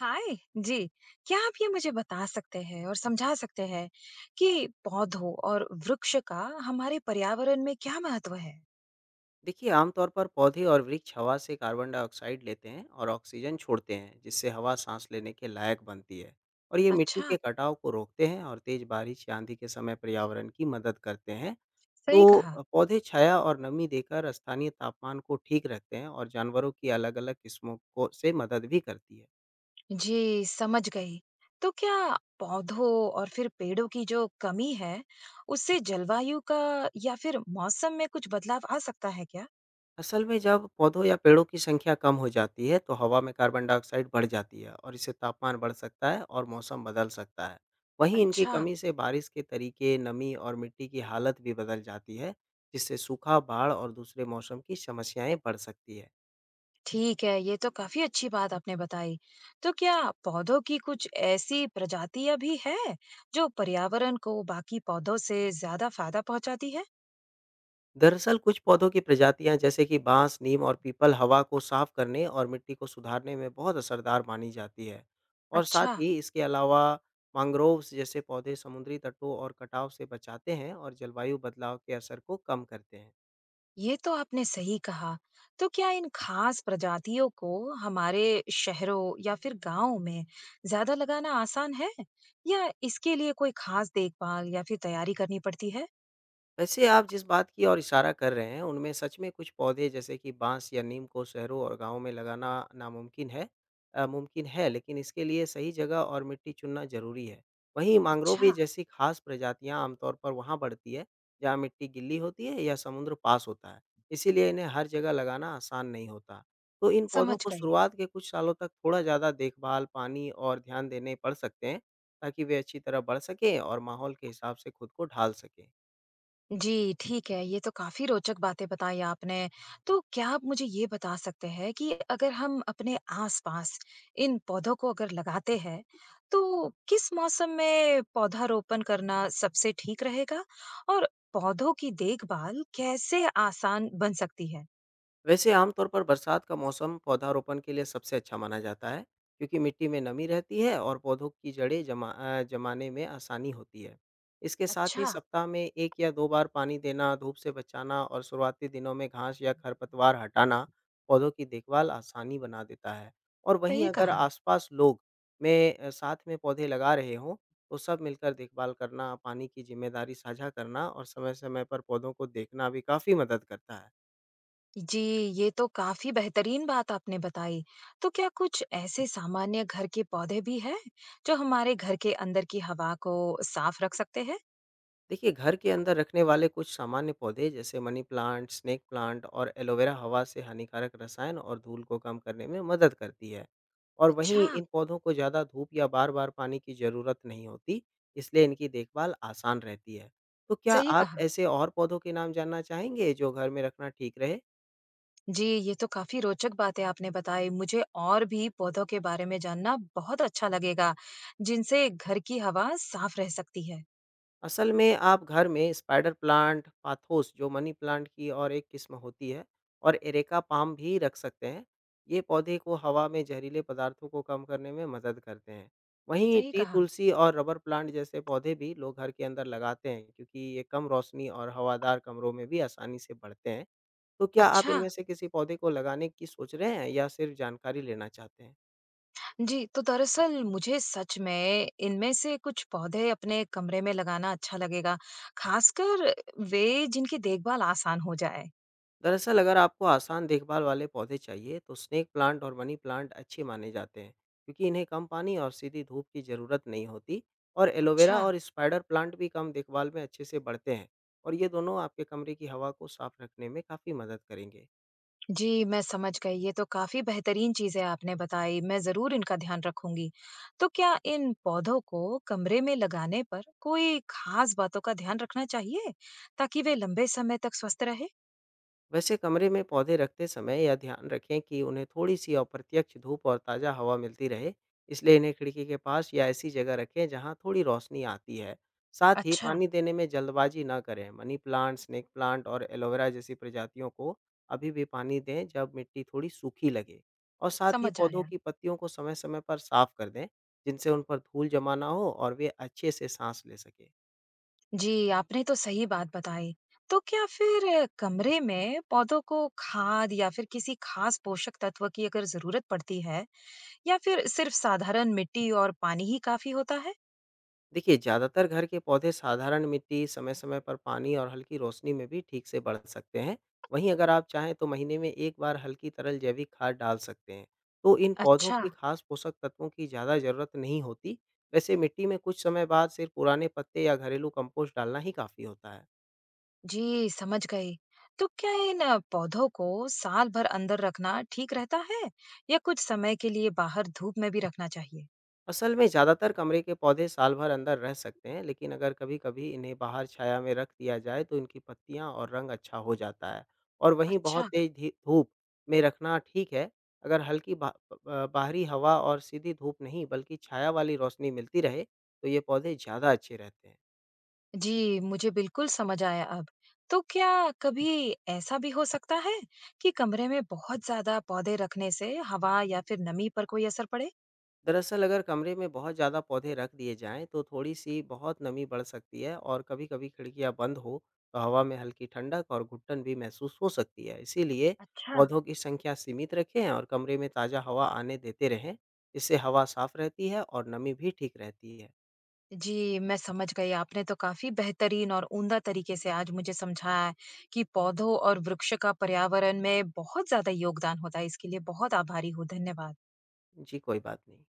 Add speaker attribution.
Speaker 1: हाय जी। क्या आप ये मुझे बता सकते हैं और समझा सकते हैं कि पौधों और वृक्ष का हमारे पर्यावरण में क्या महत्व है।
Speaker 2: देखिए, आमतौर पर पौधे और वृक्ष हवा से कार्बन डाइऑक्साइड लेते हैं और ऑक्सीजन छोड़ते हैं जिससे हवा सांस लेने के लायक बनती है और ये मिट्टी
Speaker 1: अच्छा।
Speaker 2: के कटाव को रोकते हैं और तेज बारिश या आंधी के समय पर्यावरण की मदद करते हैं।
Speaker 1: सही
Speaker 2: तो
Speaker 1: कहा।
Speaker 2: पौधे छाया और नमी देकर स्थानीय तापमान को ठीक रखते हैं और जानवरों की अलग अलग किस्मों को से मदद भी करती है।
Speaker 1: जी समझ गई। तो क्या पौधों और फिर पेड़ों की जो कमी है, उससे जलवायु का या फिर मौसम में कुछ बदलाव आ सकता है क्या?
Speaker 2: असल में जब पौधों या पेड़ों की संख्या कम हो जाती है तो हवा में कार्बन डाइऑक्साइड बढ़ जाती है और इससे तापमान बढ़ सकता है और मौसम बदल सकता है। वहीं इनकी
Speaker 1: अच्छा।
Speaker 2: कमी से बारिश के तरीके, नमी और मिट्टी की हालत भी बदल जाती है, जिससे सूखा, बाढ़ और दूसरे मौसम की समस्याएं बढ़ सकती है।
Speaker 1: ठीक है, ये तो काफी अच्छी बात आपने बताई। तो क्या पौधों की कुछ ऐसी प्रजातियाँ भी हैं, जो पर्यावरण को बाकी पौधों से ज़्यादा फ़ायदा पहुँचाती है?
Speaker 2: दरअसल कुछ पौधों की प्रजातियां जैसे कि बांस, नीम और पीपल हवा को साफ करने और मिट्टी को सुधारने में बहुत असरदार मानी जाती है और साथ
Speaker 1: अच्छा,
Speaker 2: ही इसके अलावा मैंग्रोव्स जैसे पौधे समुद्री तटों और कटाव से बचाते हैं और जलवायु बदलाव के असर को कम करते हैं।
Speaker 1: ये तो आपने सही कहा। तो क्या इन खास प्रजातियों को हमारे शहरों या फिर गाँव में ज़्यादा लगाना आसान है? या इसके लिए कोई खास देखभाल या फिर तैयारी करनी पड़ती है?
Speaker 2: वैसे आप जिस बात की ओर इशारा कर रहे हैं, उनमें सच में कुछ पौधे जैसे कि बाँस या नीम को शहरों और गाँवों में लगाना नामुमकिन है। मुमकिन है, लेकिन इसके लिए सही जगह और मिट्टी चुनना ज़रूरी है। वहीं मैंग्रोव
Speaker 1: अच्छा,
Speaker 2: भी जैसी खास प्रजातियाँ आमतौर पर वहाँ बढ़ती है, जहाँ मिट्टी गीली होती है या समुद्र पास होता है, इसीलिए इन्हें हर जगह लगाना आसान नहीं होता। तो इन पौधों
Speaker 1: समझ
Speaker 2: को
Speaker 1: गई।
Speaker 2: शुरुआत के कुछ सालों तक थोड़ा ज़्यादा देखभाल, पानी और ध्यान देने पड़ सकते हैं, ताकि वे अच्छी तरह बढ़ सकें और माहौल के हिसाब से खुद को ढाल सकें।
Speaker 1: जी, ठीक है, ये तो काफ़ी रोचक बातें बताई आपने। तो क्या आप मुझे ये बता सकते हैं कि अगर हम अपने आस-पास इन पौधों को अगर लगाते हैं, तो किस मौसम में पौधारोपण करना सबसे ठीक रहेगा? और पौधों की देखभाल कैसे आसान बन सकती है?
Speaker 2: वैसे आमतौर पर बरसात का मौसम पौधारोपण के लिए सबसे अच्छा माना जाता है क्योंकि मिट्टी में नमी रहती है और पौधों की जड़ें जमाने में आसानी होती है। इसके साथ ही
Speaker 1: अच्छा,
Speaker 2: सप्ताह में एक या दो बार पानी देना, धूप से बचाना और शुरुआती दिनों में घास या खरपतवार हटाना पौधों की देखभाल आसानी बना देता है। और वहीं
Speaker 1: सही
Speaker 2: अगर
Speaker 1: कहा।
Speaker 2: आसपास लोग साथ में पौधे लगा रहे हों तो सब मिलकर देखभाल करना, पानी की जिम्मेदारी साझा करना और समय समय पर पौधों को देखना भी काफ़ी मदद करता है।
Speaker 1: जी, ये तो काफ़ी बेहतरीन बात आपने बताई। तो क्या कुछ ऐसे सामान्य घर के पौधे भी हैं, जो हमारे घर के अंदर की हवा को साफ रख सकते हैं?
Speaker 2: देखिए, घर के अंदर रखने वाले कुछ सामान्य पौधे जैसे मनी प्लांट, स्नेक प्लांट और एलोवेरा हवा से हानिकारक रसायन और धूल को कम करने में मदद करती है। और
Speaker 1: अच्छा,
Speaker 2: वहीं इन पौधों को ज़्यादा धूप या बार-बार पानी की ज़रूरत नहीं होती, इसलिए इनकी देखभाल आसान रहती है। तो क्या
Speaker 1: सही
Speaker 2: आप
Speaker 1: कहा।
Speaker 2: ऐसे और पौधों के नाम जानना चाहेंगे जो घर में रखना ठीक रहे?
Speaker 1: जी, ये तो काफ़ी रोचक बातें आपने बताई। मुझे और भी पौधों के बारे में जानना बहुत अच्छा लगेगा, जिनसे घर की हवा साफ रह सकती है।
Speaker 2: असल में आप घर में स्पाइडर प्लांट, पाथोस जो मनी प्लांट की और एक किस्म होती है, और एरेका पाम भी रख सकते हैं। ये पौधे को हवा में जहरीले पदार्थों को कम करने में मदद करते हैं। वहीं
Speaker 1: सही
Speaker 2: टी
Speaker 1: कहा।
Speaker 2: तुलसी और रबर प्लांट जैसे पौधे भी लोग घर के अंदर लगाते हैं क्योंकि ये कम रोशनी और हवादार कमरों में भी आसानी से बढ़ते हैं। तो क्या आप
Speaker 1: अच्छा,
Speaker 2: इनमें से किसी पौधे को लगाने की सोच रहे हैं या सिर्फ जानकारी लेना चाहते हैं?
Speaker 1: जी, तो दरअसल मुझे सच में इनमें से कुछ पौधे अपने कमरे में लगाना अच्छा लगेगा, खासकर वे जिनकी देखभाल आसान हो जाए।
Speaker 2: दरअसल अगर आपको आसान देखभाल वाले पौधे चाहिए तो स्नेक प्लांट और मनी प्लांट अच्छे माने जाते हैं क्योंकि इन्हें कम पानी और सीधी धूप की ज़रूरत नहीं होती। और एलोवेरा
Speaker 1: अच्छा।
Speaker 2: और स्पाइडर प्लांट भी कम देखभाल में अच्छे से बढ़ते हैं, और ये दोनों आपके कमरे की हवा को साफ रखने में काफ़ी मदद करेंगे।
Speaker 1: जी, मैं समझ गई। ये तो काफ़ी बेहतरीन चीज़ें आपने बताई, मैं ज़रूर इनका ध्यान रखूँगी। तो क्या इन पौधों को कमरे में लगाने पर कोई ख़ास बातों का ध्यान रखना चाहिए, ताकि वे लंबे समय तक स्वस्थ रहें?
Speaker 2: वैसे कमरे में पौधे रखते समय यह ध्यान रखें कि उन्हें थोड़ी सी अप्रत्यक्ष धूप और ताज़ा हवा मिलती रहे, इसलिए इन्हें खिड़की के पास या ऐसी जगह रखें जहां थोड़ी रोशनी आती है। साथ ही
Speaker 1: अच्छा,
Speaker 2: पानी देने में जल्दबाजी ना करें। मनी प्लांट, स्नेक प्लांट और एलोवेरा जैसी प्रजातियों को अभी भी पानी दें जब मिट्टी थोड़ी सूखी लगे, और साथ ही
Speaker 1: समझ
Speaker 2: पौधों
Speaker 1: आया।
Speaker 2: की पत्तियों को समय समय पर साफ कर दें जिनसे उन पर धूल जमा ना हो और वे अच्छे से सांस ले सकें।
Speaker 1: जी, आपने तो सही बात बताई। तो क्या फिर कमरे में पौधों को खाद या फिर किसी ख़ास पोषक तत्व की अगर ज़रूरत पड़ती है, या फिर सिर्फ़ साधारण मिट्टी और पानी ही काफ़ी होता है?
Speaker 2: देखिए, ज़्यादातर घर के पौधे साधारण मिट्टी, समय-समय पर पानी और हल्की रोशनी में भी ठीक से बढ़ सकते हैं। वहीं अगर आप चाहें तो महीने में एक बार हल्की तरल जैविक खाद डाल सकते हैं। तो इन पौधों
Speaker 1: अच्छा।
Speaker 2: की खास पोषक तत्वों की ज़्यादा ज़रूरत नहीं होती। वैसे मिट्टी में कुछ समय बाद सिर्फ पुराने पत्ते या घरेलू कंपोस्ट डालना ही काफ़ी होता है।
Speaker 1: जी समझ गई। तो क्या इन पौधों को साल भर अंदर रखना ठीक रहता है या कुछ समय के लिए बाहर धूप में भी रखना चाहिए?
Speaker 2: असल में ज़्यादातर कमरे के पौधे साल भर अंदर रह सकते हैं, लेकिन अगर कभी-कभी इन्हें बाहर छाया में रख दिया जाए तो इनकी पत्तियां और रंग अच्छा हो जाता है। और वहीं बहुत
Speaker 1: अच्छा।
Speaker 2: तेज धूप में रखना ठीक है। अगर हल्की बा, बा- बाहरी हवा और सीधी धूप नहीं बल्कि छाया वाली रोशनी मिलती रहे तो ये पौधे ज़्यादा अच्छे रहते हैं।
Speaker 1: जी मुझे बिल्कुल समझ आया अब। तो क्या कभी ऐसा भी हो सकता है कि कमरे में बहुत ज्यादा पौधे रखने से हवा या फिर नमी पर कोई असर पड़े?
Speaker 2: दरअसल अगर कमरे में बहुत ज़्यादा पौधे रख दिए जाएं तो थोड़ी सी बहुत नमी बढ़ सकती है और कभी-कभी खिड़कियां बंद हो तो हवा में हल्की ठंडक और घुटन भी महसूस हो सकती है, इसीलिए
Speaker 1: अच्छा।
Speaker 2: पौधों की संख्या सीमित रखें और कमरे में ताज़ा हवा आने देते रहें। इससे हवा साफ रहती है और नमी भी ठीक रहती है।
Speaker 1: जी, मैं समझ गई। आपने तो काफ़ी बेहतरीन और उम्दा तरीके से आज मुझे समझाया है कि पौधों और वृक्ष का पर्यावरण में बहुत ज़्यादा योगदान होता है। इसके लिए बहुत आभारी हूँ। धन्यवाद।
Speaker 2: जी कोई बात नहीं।